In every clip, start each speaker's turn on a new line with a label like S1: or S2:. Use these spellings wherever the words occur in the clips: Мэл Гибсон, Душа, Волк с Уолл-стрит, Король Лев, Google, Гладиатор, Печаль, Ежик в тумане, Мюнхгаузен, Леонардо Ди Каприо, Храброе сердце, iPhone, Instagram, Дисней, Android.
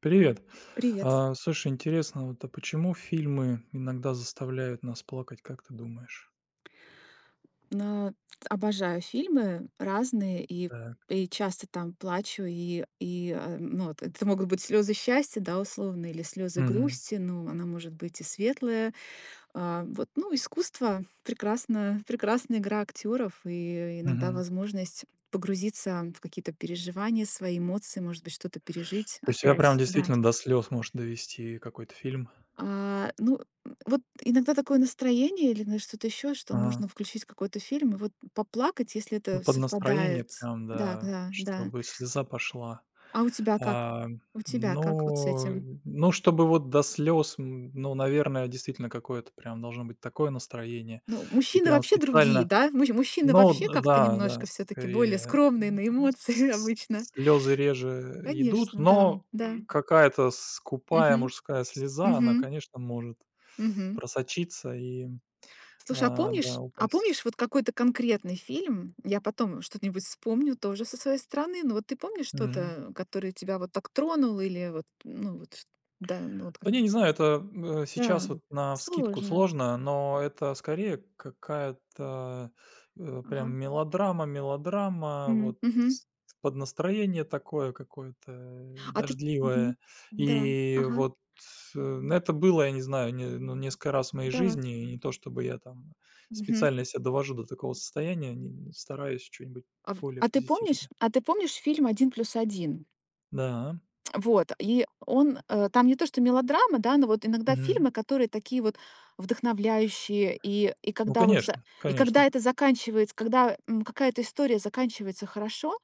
S1: Привет.
S2: Привет.
S1: А, слушай, интересно, вот, а почему фильмы иногда заставляют нас плакать, как ты думаешь?
S2: Но обожаю фильмы разные и
S1: Так.
S2: и часто там плачу, и вот это могут быть слезы счастья, да, условно, или слезы
S1: Мгм.
S2: грусти, ну, она может быть и светлая. Искусство прекрасно прекрасная игра актеров и иногда
S1: Мгм.
S2: возможность погрузиться в какие-то переживания, свои эмоции, может быть, что-то пережить
S1: То есть тебя прям
S2: опять. Да.
S1: действительно до слез может довести какой-то фильм?
S2: А, ну, вот иногда такое настроение или на что-то еще, что
S1: Ага.
S2: можно включить какой-то фильм и вот поплакать, если
S1: Ну,
S2: это
S1: под настроение
S2: совпадает.
S1: прям,
S2: Да,
S1: да,
S2: да, да.
S1: чтобы слеза пошла.
S2: А у тебя как?
S1: А,
S2: У тебя как вот с
S1: ну,
S2: этим?
S1: ну, чтобы вот до слез, ну, наверное, действительно какое-то прям должно быть такое настроение.
S2: Ну,
S1: И
S2: мужчины
S1: прям
S2: вообще другие,
S1: специально
S2: да? Мужчины
S1: Ну
S2: вообще как-то
S1: да, да,
S2: немножко все-таки более
S1: скорее,
S2: скромные на эмоции
S1: с
S2: обычно.
S1: слёзы реже идут,
S2: Конечно, да,
S1: но,
S2: да.
S1: какая-то скупая
S2: Мгм,
S1: мужская слеза,
S2: мгм,
S1: она, конечно, может
S2: мгм.
S1: просочиться и,
S2: Слушай,
S1: да,
S2: а
S1: упасть.
S2: помнишь вот какой-то конкретный фильм? Я потом что-нибудь вспомню тоже со своей стороны. Но вот ты помнишь
S1: Мгм.
S2: что-то, которое тебя вот так тронуло или вот, ну вот, ш да, ну вот
S1: Да
S2: как.
S1: не знаю, это, сейчас
S2: Да,
S1: вот на навскидку
S2: сложно.
S1: сложно, но это скорее какая-то, прям
S2: Ага.
S1: мелодрама мелодрама, вот
S2: Мгм.
S1: с под настроение такое какое-то,
S2: А ты. Мгм.
S1: дождливое.
S2: Да.
S1: И
S2: Ага.
S1: вот, ну, это было, я не знаю, не ну, несколько раз в моей
S2: Да.
S1: жизни, и не то чтобы я там
S2: Мгм.
S1: специально себя довожу до такого состояния, не стараюсь что-нибудь
S2: А в
S1: более
S2: а ты помнишь
S1: позитивное.
S2: фильм "Один плюс один"?
S1: Да,
S2: Вот, и он, там не то что мелодрама, да, но вот иногда
S1: мгм.
S2: фильмы, которые такие вот вдохновляющие, и
S1: Ну,
S2: когда вот
S1: конечно,
S2: и когда
S1: конечно.
S2: это заканчивается, когда какая-то история заканчивается хорошо,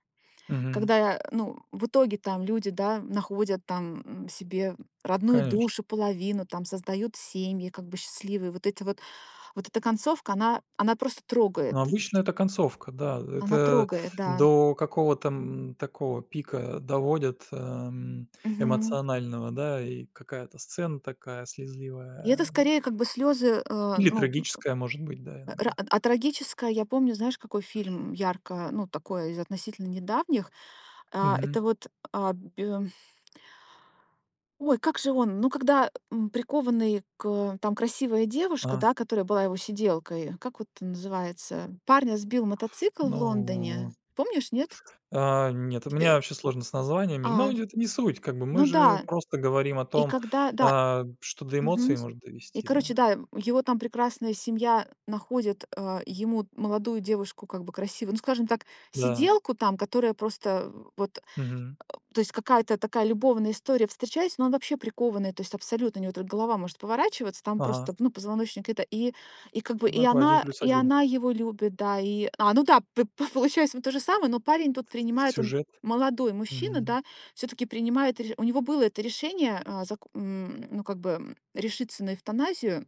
S1: Мгм.
S2: когда, ну, в итоге там люди, да, находят там себе родную
S1: Конечно.
S2: душу, половину, там создают семьи, как бы счастливые. Вот эти вот, вот эта концовка, она просто трогает,
S1: Ну, обычно это концовка, да.
S2: она
S1: Это
S2: трогает, да.
S1: до какого-то, такого пика доводят,
S2: Мгм.
S1: эмоционального, да, и какая-то сцена такая
S2: И это
S1: слезливая
S2: скорее как бы слезы,
S1: или трагическая, может быть, да,
S2: Ра
S1: иногда.
S2: а трагическое, я помню, знаешь, какой фильм ярко, ну, такой из относительно недавних. А,
S1: Мгм.
S2: это вот, а, бе ой, как же он? Ну, когда, прикованный к там красивая девушка,
S1: А,
S2: да, которая была его сиделкой. Как вот он называется? Парня сбил мотоцикл в Лондоне.
S1: ну,
S2: Помнишь, нет?
S1: нет, у меня
S2: Э,
S1: вообще сложно с названиями, но
S2: а,
S1: это не суть, как бы мы
S2: ну
S1: же
S2: да.
S1: просто говорим о
S2: И
S1: том,
S2: когда да.
S1: что до
S2: Мгм.
S1: эмоций может
S2: И,
S1: довести, да.
S2: короче, да, его там прекрасная семья находит, ему молодую девушку, как бы красивую, ну, скажем так,
S1: Да.
S2: сиделку там, которая просто вот,
S1: Мгм.
S2: то есть какая-то такая любовная история, встречаясь, но он вообще прикованный, то есть абсолютно, у него только голова может поворачиваться, там
S1: Ага.
S2: просто, ну, позвоночник это, и как бы,
S1: Ну, такой один плюс
S2: и
S1: один
S2: она его любит, да, ну да, получается вот то же самое, но парень тут принимает, он
S1: сюжет.
S2: молодой мужчина,
S1: Мгм.
S2: да, все-таки принимает, у него было это решение, ну, как бы, решиться на эвтаназию,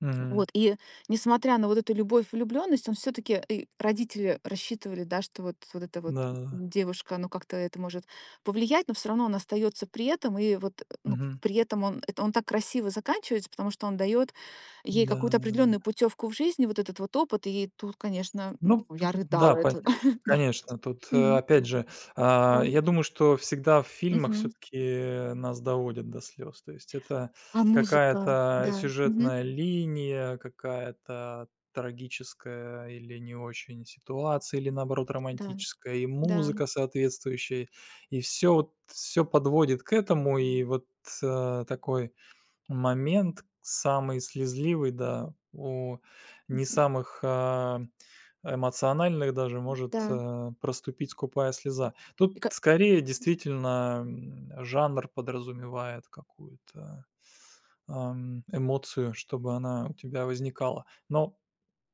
S1: Мгм.
S2: вот, и несмотря на вот эту любовь, влюблённость, он всё-таки родители рассчитывали, да, что вот эта вот
S1: Да-да-да.
S2: девушка, ну, как-то это может повлиять, но всё равно он остаётся при этом. И вот, ну,
S1: Мгм.
S2: при этом он так красиво заканчивается, потому что он даёт ей
S1: Да,
S2: какую-то
S1: да, да.
S2: определённую путёвку в жизни, вот этот вот опыт. И тут, конечно,
S1: Ну, т
S2: я рыдала
S1: да, по
S2: это, да.
S1: конечно, тут,
S2: Мгм.
S1: опять же,
S2: Да.
S1: я думаю, что всегда в фильмах все
S2: Мгм.
S1: таки нас доводят до слез. То есть это
S2: А музыка,
S1: какая-то
S2: да. Мгм.
S1: сюжетная линия, какая-то трагическая или не очень ситуация, или, наоборот,
S2: Да,
S1: романтическая, и
S2: да.
S1: музыка соответствующая, и все вот всё подводит к этому. И вот, такой момент самый слезливый, да, у не
S2: Мгм.
S1: самых, эмоциональных даже может,
S2: Да.
S1: проступить скупая слеза. Тут скорее действительно, жанр подразумевает какую-то, эмоцию, чтобы она у тебя возникала. Но,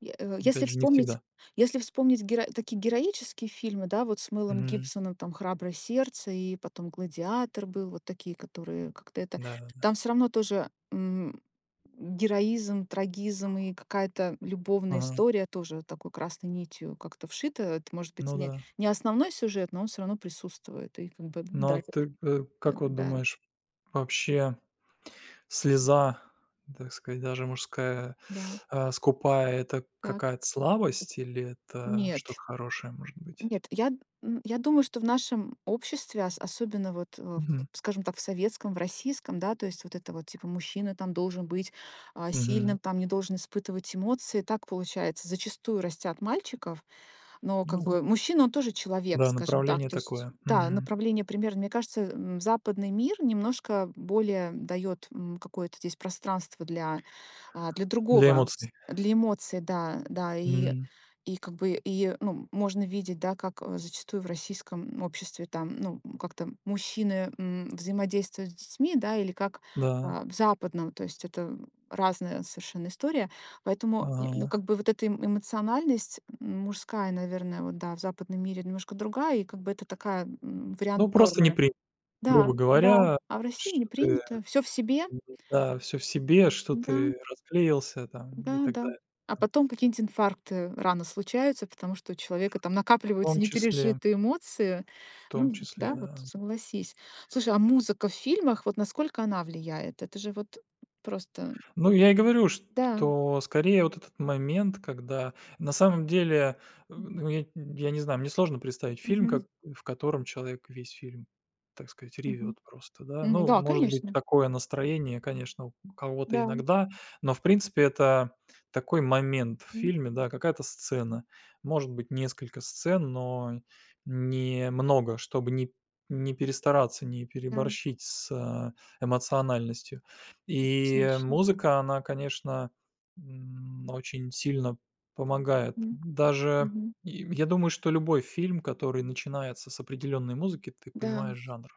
S2: Если
S1: опять же, не
S2: вспомнить
S1: всегда.
S2: геро такие героические фильмы, да, вот с Мэлом
S1: Мгм.
S2: Гибсоном, там "Храброе сердце" и потом "Гладиатор" был, вот такие, которые как-то это
S1: Да-да-да.
S2: там все равно тоже, героизм, трагизм и какая-то любовная
S1: Ага.
S2: история тоже такой красной нитью как-то вшита. Это может быть
S1: Ну да.
S2: не основной сюжет, но он все равно присутствует. И как бы
S1: Но
S2: да,
S1: ты, как вот
S2: да,
S1: думаешь, вообще слеза, так сказать, даже мужская,
S2: да,
S1: скупая- это
S2: так.
S1: какая-то слабость или это что-то
S2: Нет.
S1: хорошее, может быть?
S2: Нет, я думаю, что в нашем обществе, особенно вот,
S1: Мгм,
S2: скажем так, в советском, в российском, да, то есть вот это вот, типа, мужчина там должен быть
S1: мгм.
S2: сильным, там не должен испытывать эмоции, так получается, зачастую растят мальчиков, но как
S1: Ну
S2: бы мужчина, он тоже человек,
S1: да,
S2: скажем так.
S1: направление
S2: То есть,
S1: такое,
S2: да, направление примерно, мне кажется, западный мир немножко более дает какое-то здесь пространство для, для
S1: для
S2: другого,
S1: эмоций.
S2: для эмоций, да, да, и
S1: М,
S2: и как бы ну, можно видеть, да, как зачастую в российском обществе там, ну, как-то мужчины взаимодействуют с детьми, да, или как
S1: да,
S2: в западном, то есть это разная совершенно история. Поэтому, и, ну,
S1: ага.
S2: как бы вот эта эмоциональность, мужская, наверное, вот, да, в западном мире немножко другая, и как бы это такая, вариант
S1: Ну, просто не
S2: нормы.
S1: принято, грубо
S2: Да, да. Да.
S1: говоря,
S2: А в России не
S1: что ты,
S2: принято. Все в себе.
S1: м, да, все в себе, что
S2: Да,
S1: ты расклеился там и
S2: да,
S1: так
S2: да.
S1: далее,
S2: А
S1: да.
S2: потом какие-нибудь инфаркты рано случаются, потому что у человека там
S1: В
S2: накапливаются
S1: том числе,
S2: непережитые эмоции.
S1: в том
S2: Ну
S1: числе,
S2: да, вот
S1: да.
S2: согласись. Слушай, а музыка в фильмах, вот насколько она влияет? Это же вот просто.
S1: Ну, я и говорю,
S2: Да.
S1: что скорее вот этот момент, когда на самом деле, ну, я не знаю, мне сложно представить фильм,
S2: Мгм.
S1: как в котором человек весь фильм, так сказать,
S2: Мгм.
S1: ревет просто, да. Ну,
S2: Да,
S1: может быть,
S2: конечно.
S1: такое настроение, конечно, у кого-то
S2: Да.
S1: иногда, но, в принципе, это такой момент в
S2: Мгм.
S1: фильме, да, какая-то сцена. Может быть, несколько сцен, но не много, чтобы не перестараться, не
S2: Да,
S1: переборщить с, эмоциональностью. И
S2: однозначно.
S1: музыка, она, конечно, очень сильно помогает.
S2: Мгм.
S1: Даже,
S2: Мгм.
S1: и я думаю, что любой фильм, который начинается с определенной музыки, ты
S2: Да,
S1: понимаешь жанр.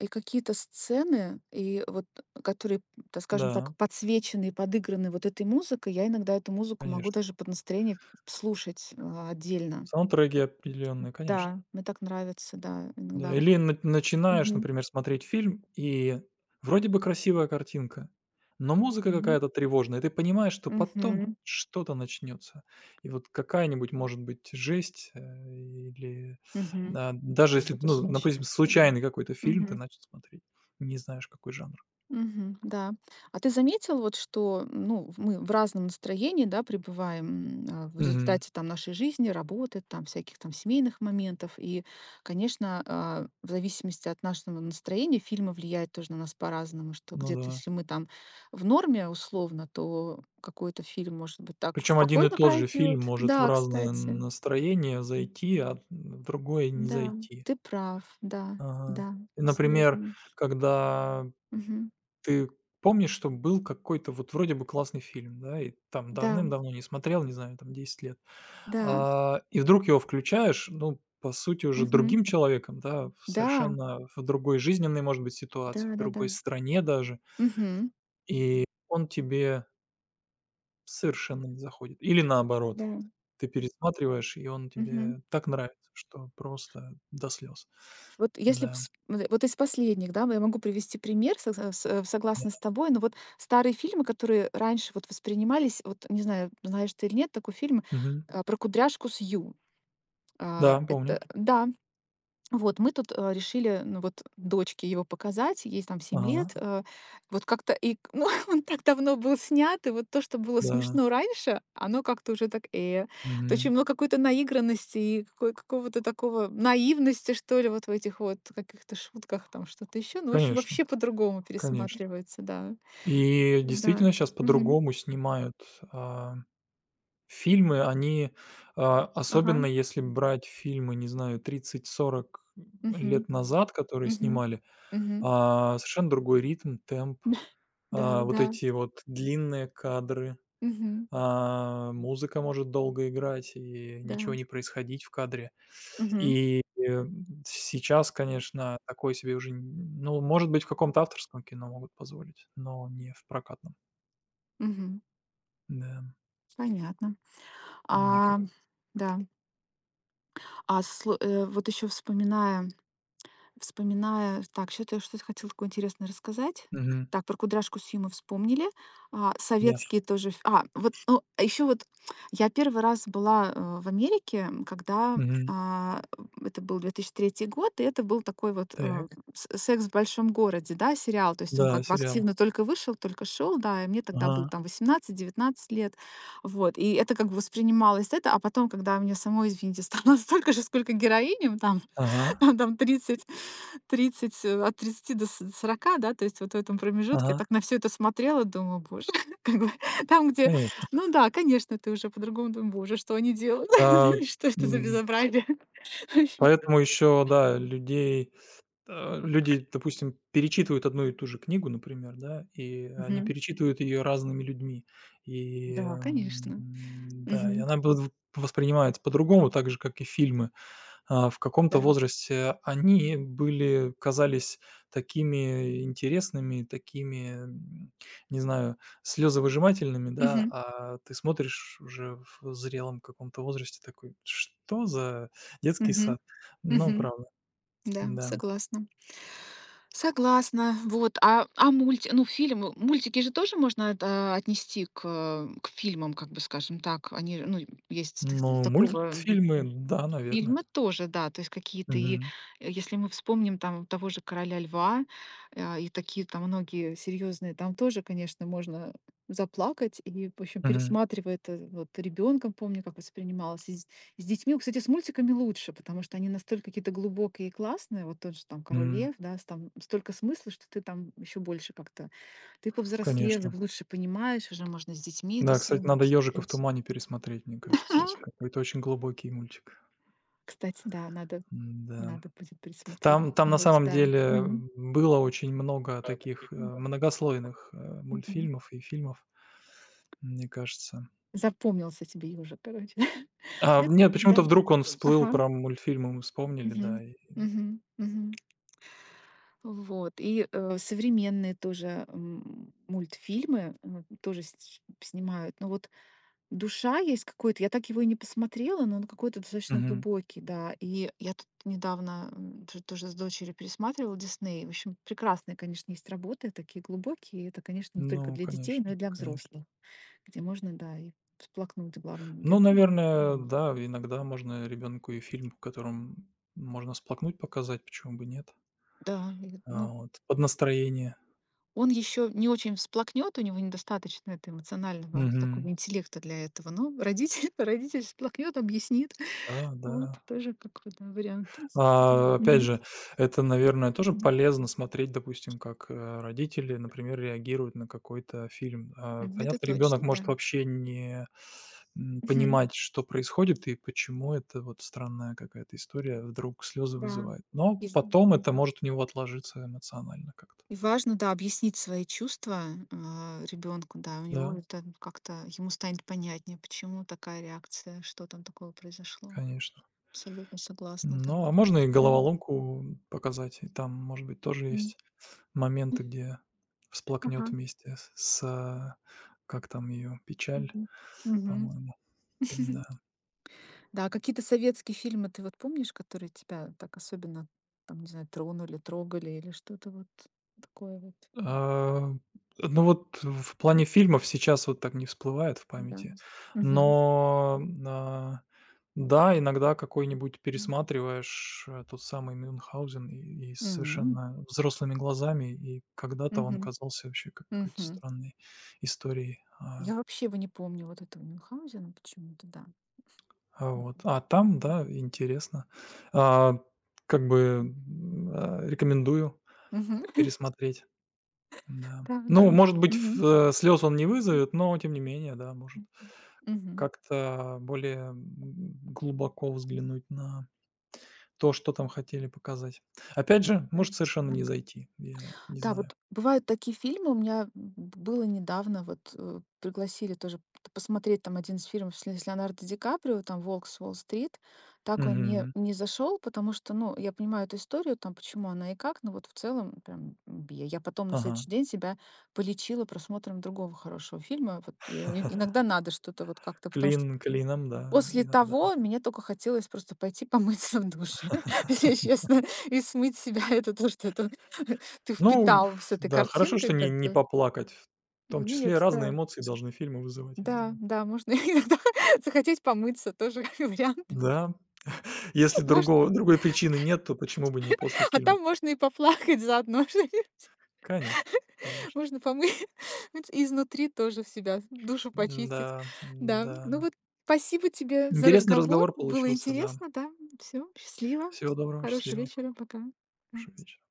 S2: и какие-то сцены, и вот, которые, так скажем
S1: Да,
S2: так, подсвечены и подыграны вот этой музыкой, я иногда эту музыку могу
S1: конечно.
S2: даже под настроение слушать, отдельно.
S1: Саундтреки определенные, конечно.
S2: Да, мне так нравится, да,
S1: Да,
S2: иногда.
S1: или на начинаешь,
S2: Мгм.
S1: например, смотреть фильм, и вроде бы красивая картинка, но музыка
S2: Мгм.
S1: какая-то тревожная, и ты понимаешь, что потом
S2: Мгм.
S1: что-то начнется. И вот какая-нибудь, может быть, жесть, или,
S2: Мгм.
S1: даже если,
S2: Что-то
S1: ну, допустим,
S2: случается, да.
S1: случайный какой-то фильм ты
S2: Мгм.
S1: начал смотреть, не знаешь, какой жанр.
S2: Мгм. Да. А ты заметил, вот что, ну, мы в разном настроении, да, пребываем в
S1: Мгм.
S2: результате там нашей жизни, работы, там всяких там семейных моментов. И, конечно, в зависимости от нашего настроения фильмы влияют тоже на нас по-разному, что
S1: Ну
S2: где-то,
S1: да.
S2: если мы там в норме условно, то какой-то фильм, может быть, так
S1: Причем один и
S2: спокойно
S1: тот же фильм
S2: пройдет.
S1: может в
S2: Да,
S1: разное
S2: кстати,
S1: настроение зайти, а в другое не
S2: да,
S1: зайти.
S2: ты прав, да,
S1: Ага.
S2: да,
S1: И, например,
S2: абсолютно.
S1: когда
S2: Мгм.
S1: ты помнишь, что был какой-то вот вроде бы классный фильм, да, и там
S2: Да,
S1: давным-давно не смотрел, не знаю, там 10 лет,
S2: да.
S1: и вдруг его включаешь, ну, по сути, уже
S2: Мгм.
S1: другим человеком, да, в
S2: Да,
S1: совершенно в другой жизненной, может быть, ситуации, в
S2: да-да-да.
S1: другой стране даже,
S2: Мгм.
S1: и он тебе совершенно не заходит. Или наоборот,
S2: Да.
S1: ты пересматриваешь, и он
S2: Мгм.
S1: тебе так нравится, что просто до слез.
S2: Вот если
S1: Да,
S2: вс вот из последних, да, я могу привести пример
S1: да.
S2: согласно с тобой, но вот старые фильмы, которые раньше вот воспринимались, вот не знаю, знаешь ты или нет такой фильм,
S1: Мгм.
S2: про кудряшку Сью.
S1: Да,
S2: А,
S1: помню.
S2: это да. Вот, мы тут, решили, ну, вот дочке его показать, ей там 7 лет.
S1: Ага,
S2: Вот как-то и к ну, он так давно был снят, и вот то, что было
S1: да.
S2: смешно раньше, оно как-то уже так, То
S1: Мгм.
S2: очень много какой-то наигранности и какой какого-то такого наивности, что ли, вот в этих вот каких-то шутках, там что-то еще. Ну, в общем,
S1: Конечно,
S2: вообще по-другому
S1: конечно.
S2: пересматривается, да.
S1: И
S2: Да.
S1: действительно сейчас
S2: Мгм.
S1: по-другому снимают, а, фильмы. Они,
S2: Ага.
S1: особенно если брать фильмы, не знаю, тридцать-сорок
S2: Мгм.
S1: лет назад, которые
S2: Мгм.
S1: снимали,
S2: Мгм.
S1: совершенно другой ритм, темп,
S2: Да,
S1: вот
S2: да.
S1: эти вот длинные кадры,
S2: Мгм.
S1: музыка может долго играть и
S2: Да.
S1: ничего не происходить в кадре.
S2: Мгм.
S1: И, сейчас, конечно, такое себе уже, н ну, может быть, в каком-то авторском кино могут позволить, но не в прокатном.
S2: Мгм.
S1: Да.
S2: Понятно.
S1: Мне
S2: А,
S1: кажется, как-то.
S2: да. Вот еще вспоминая. Вспоминая, так, что-то хотела такое интересное рассказать.
S1: Мгм.
S2: Так, про "Кудряшку Симу" вспомнили.
S1: Да.
S2: Советские тоже вот, ну, а еще вот я первый раз была, в Америке, когда,
S1: Мгм.
S2: а, это был 2003 год, и это был такой вот,
S1: Так.
S2: с "Секс в большом городе", да, сериал. То есть он
S1: Да,
S2: как бы
S1: сериал.
S2: активно только вышел, только шел, да, и мне тогда было
S1: Ага.
S2: там 18-19 лет. Вот, и это как бы воспринималось это, а потом, когда мне самой, извините, стало столько же, сколько героиням, там
S1: Ага.
S2: Там 30, 30 от тридцати до с 40, да, то есть вот в этом промежутке. Я
S1: Ага.
S2: так на все это смотрела, думаю: "Боже", как бы там, где
S1: Конечно.
S2: ну да, конечно, ты уже по-другому думаешь: "Боже, что они делают?
S1: А,
S2: Что это за
S1: м,
S2: безобразие?"
S1: поэтому еще, да, люди, допустим, перечитывают одну и ту же книгу, например, да, и они
S2: Мгм.
S1: перечитывают ее разными людьми. И,
S2: Да, конечно.
S1: да, и
S2: Мгм.
S1: она будет в воспринимается по-другому, так же, как и фильмы. В каком-то
S2: Да.
S1: возрасте они были казались такими интересными, такими, не знаю, слезовыжимательными, да,
S2: Мгм.
S1: а ты смотришь уже в зрелом каком-то возрасте такой: "Что за детский
S2: Мгм.
S1: сад?" Ну,
S2: Мгм.
S1: правда,
S2: Да,
S1: да.
S2: согласна. Согласна. Вот. А мульти ну, фильмы, мультики же тоже можно отнести к, к фильмам, как бы скажем так. Они, ну, есть
S1: Ну,
S2: такого
S1: мультфильмы, да, наверное.
S2: фильмы тоже, да, то есть какие-то
S1: Мгм.
S2: если мы вспомним там того же «Короля льва», и такие там многие серьезные, там тоже, конечно, можно заплакать. И, в общем,
S1: Мгм.
S2: пересматривая это вот ребенком, помню, как воспринималось. С детьми, кстати, с мультиками лучше, потому что они настолько какие-то глубокие и классные. Вот тот же там "Король
S1: М.
S2: Лев", да, с там столько смысла, что ты там еще больше как-то ты повзрослел, и
S1: Конечно.
S2: лучше понимаешь, уже можно с детьми это
S1: Да,
S2: всё
S1: кстати, надо "Ежика в
S2: обсудить.
S1: тумане" пересмотреть, мне кажется. Это какой-то очень глубокий мультик.
S2: Кстати, да, надо
S1: Да.
S2: будет пересмотреть
S1: Там на
S2: как-нибудь,
S1: самом
S2: да.
S1: деле
S2: Мгм.
S1: было очень много таких,
S2: Мгм.
S1: многослойных,
S2: Мгм.
S1: мультфильмов и фильмов, мне кажется.
S2: Запомнился тебе "Ёжик", короче. Нет?
S1: Нет, почему-то
S2: Да.
S1: вдруг он всплыл,
S2: Ага.
S1: про мультфильмы мы вспомнили,
S2: Мгм.
S1: да, и.
S2: Мгм. Мгм. Вот. Современные тоже, мультфильмы, тоже сь снимают. Но вот "Душа" есть какой-то, я так его и не посмотрела, но он какой-то достаточно
S1: Мгм.
S2: глубокий, да. И я тут недавно, м, т тоже с дочерью пересматривала "Дисней". В общем, прекрасные, конечно, есть работы, такие глубокие. И это, конечно, не только
S1: Ну,
S2: для детей, но
S1: конечно,
S2: и для
S1: конечно.
S2: взрослых, где можно, да, и всплакнуть главному
S1: Ну,
S2: герою.
S1: наверное, да, иногда можно ребенку и фильм, в котором можно сплакнуть, показать, почему бы нет.
S2: Да, и, ну.
S1: Вот, под настроение.
S2: Он еще не очень всплакнет, у него недостаточно это эмоционального такого
S1: Мгм.
S2: интеллекта для этого, но родитель, родитель всплакнет, объяснит.
S1: Да,
S2: Вот
S1: да.
S2: тоже какой то вариант.
S1: Опять
S2: Мгм.
S1: же, это, наверное, тоже
S2: Мгм.
S1: полезно смотреть, допустим, как, родители, например, реагируют на какой-то фильм.
S2: Мгм. Это
S1: Понятно, ребенок
S2: точно, да.
S1: может вообще не,
S2: Мгм.
S1: понимать, что происходит и почему это вот странная какая-то история вдруг слезы
S2: Да.
S1: вызывает. Но
S2: И, в-
S1: потом это может у него отложиться эмоционально как-то.
S2: и важно, да, объяснить свои чувства ребенку, да, у него
S1: Да,
S2: это как-то, ему станет понятнее, почему такая реакция, что там такого произошло.
S1: конечно.
S2: Абсолютно согласна, да.
S1: Ну, а можно и
S2: Мгм.
S1: головоломку показать, и там, может быть, тоже
S2: Мгм.
S1: есть моменты, где
S2: Ага.
S1: всплакнет вместе с, как там ее, "Печаль",
S2: Мгм. Мгм.
S1: по-моему. Да.
S2: Да, а какие-то советские фильмы ты вот помнишь, которые тебя так особенно, там, не знаю, тронули, трогали или что-то вот такое вот?
S1: А, ну вот в плане
S2: М,
S1: фильмов сейчас вот так не всплывает в
S2: Да.
S1: памяти,
S2: Мгм.
S1: но, а, да, иногда какой-нибудь пересматриваешь, тот самый "Мюнхгаузен" и
S2: М,
S1: совершенно взрослыми глазами, и когда-то он
S2: мгм,
S1: казался вообще какой-то
S2: мгм.
S1: странной историей,
S2: Я вообще его не помню, вот этого Мюнхгаузена почему-то, да.
S1: А вот,
S2: Мгм.
S1: а там, да, интересно. А, как бы, рекомендую
S2: Мгм.
S1: пересмотреть, да.
S2: Да, да.
S1: Ну, может быть,
S2: Мгм.
S1: слез он не вызовет, но тем не менее, да, может
S2: М, мгм.
S1: как-то более, глубоко взглянуть на то, что там хотели показать. Опять же,
S2: Да,
S1: может совершенно
S2: да.
S1: не зайти, я не
S2: Да,
S1: знаю.
S2: вот бывают такие фильмы. У меня б было недавно, вот, пригласили тоже п посмотреть там один из фильмов с Ле с Леонардо Ди Каприо, там "Волк с Уолл-стрит". Так он мне
S1: Мгм.
S2: не зашел, потому что, ну, я понимаю эту историю, там, почему она и как, но вот в целом прям, я потом на
S1: Ага.
S2: следующий день себя полечила просмотром другого хорошего фильма. Вот иногда надо что-то вот как-то, потому что.
S1: Клин клином, да,
S2: После
S1: иногда.
S2: того мне только хотелось просто пойти помыться в душе, если честно, и смыть с себя это то, что это ты
S1: Ну,
S2: впитал с
S1: пф,
S2: этой
S1: да, хорошо, что
S2: картинкой как
S1: не
S2: бы.
S1: поплакать. В том числе
S2: Нет,
S1: разные
S2: да.
S1: эмоции должны фильмы вызывать, я
S2: Да,
S1: думаю.
S2: да, можно иногда захотеть помыться, тоже как вариант.
S1: Да, если
S2: Может,
S1: другого другой причины нет, то почему бы не после
S2: а
S1: фильма?
S2: там можно и поплакать заодно что-нибудь.
S1: Конечно, конечно.
S2: Можно помыть и изнутри тоже в себя, душу почистить.
S1: Да,
S2: Да,
S1: да.
S2: ну вот спасибо тебе за
S1: Интересный
S2: разговор.
S1: разговор
S2: Было
S1: получился, да.
S2: интересно, да. Все счастливо.
S1: Всего доброго,
S2: Хорошего
S1: счастливо.
S2: вечера. Пока.
S1: Хорошего
S2: Пока.
S1: вечера.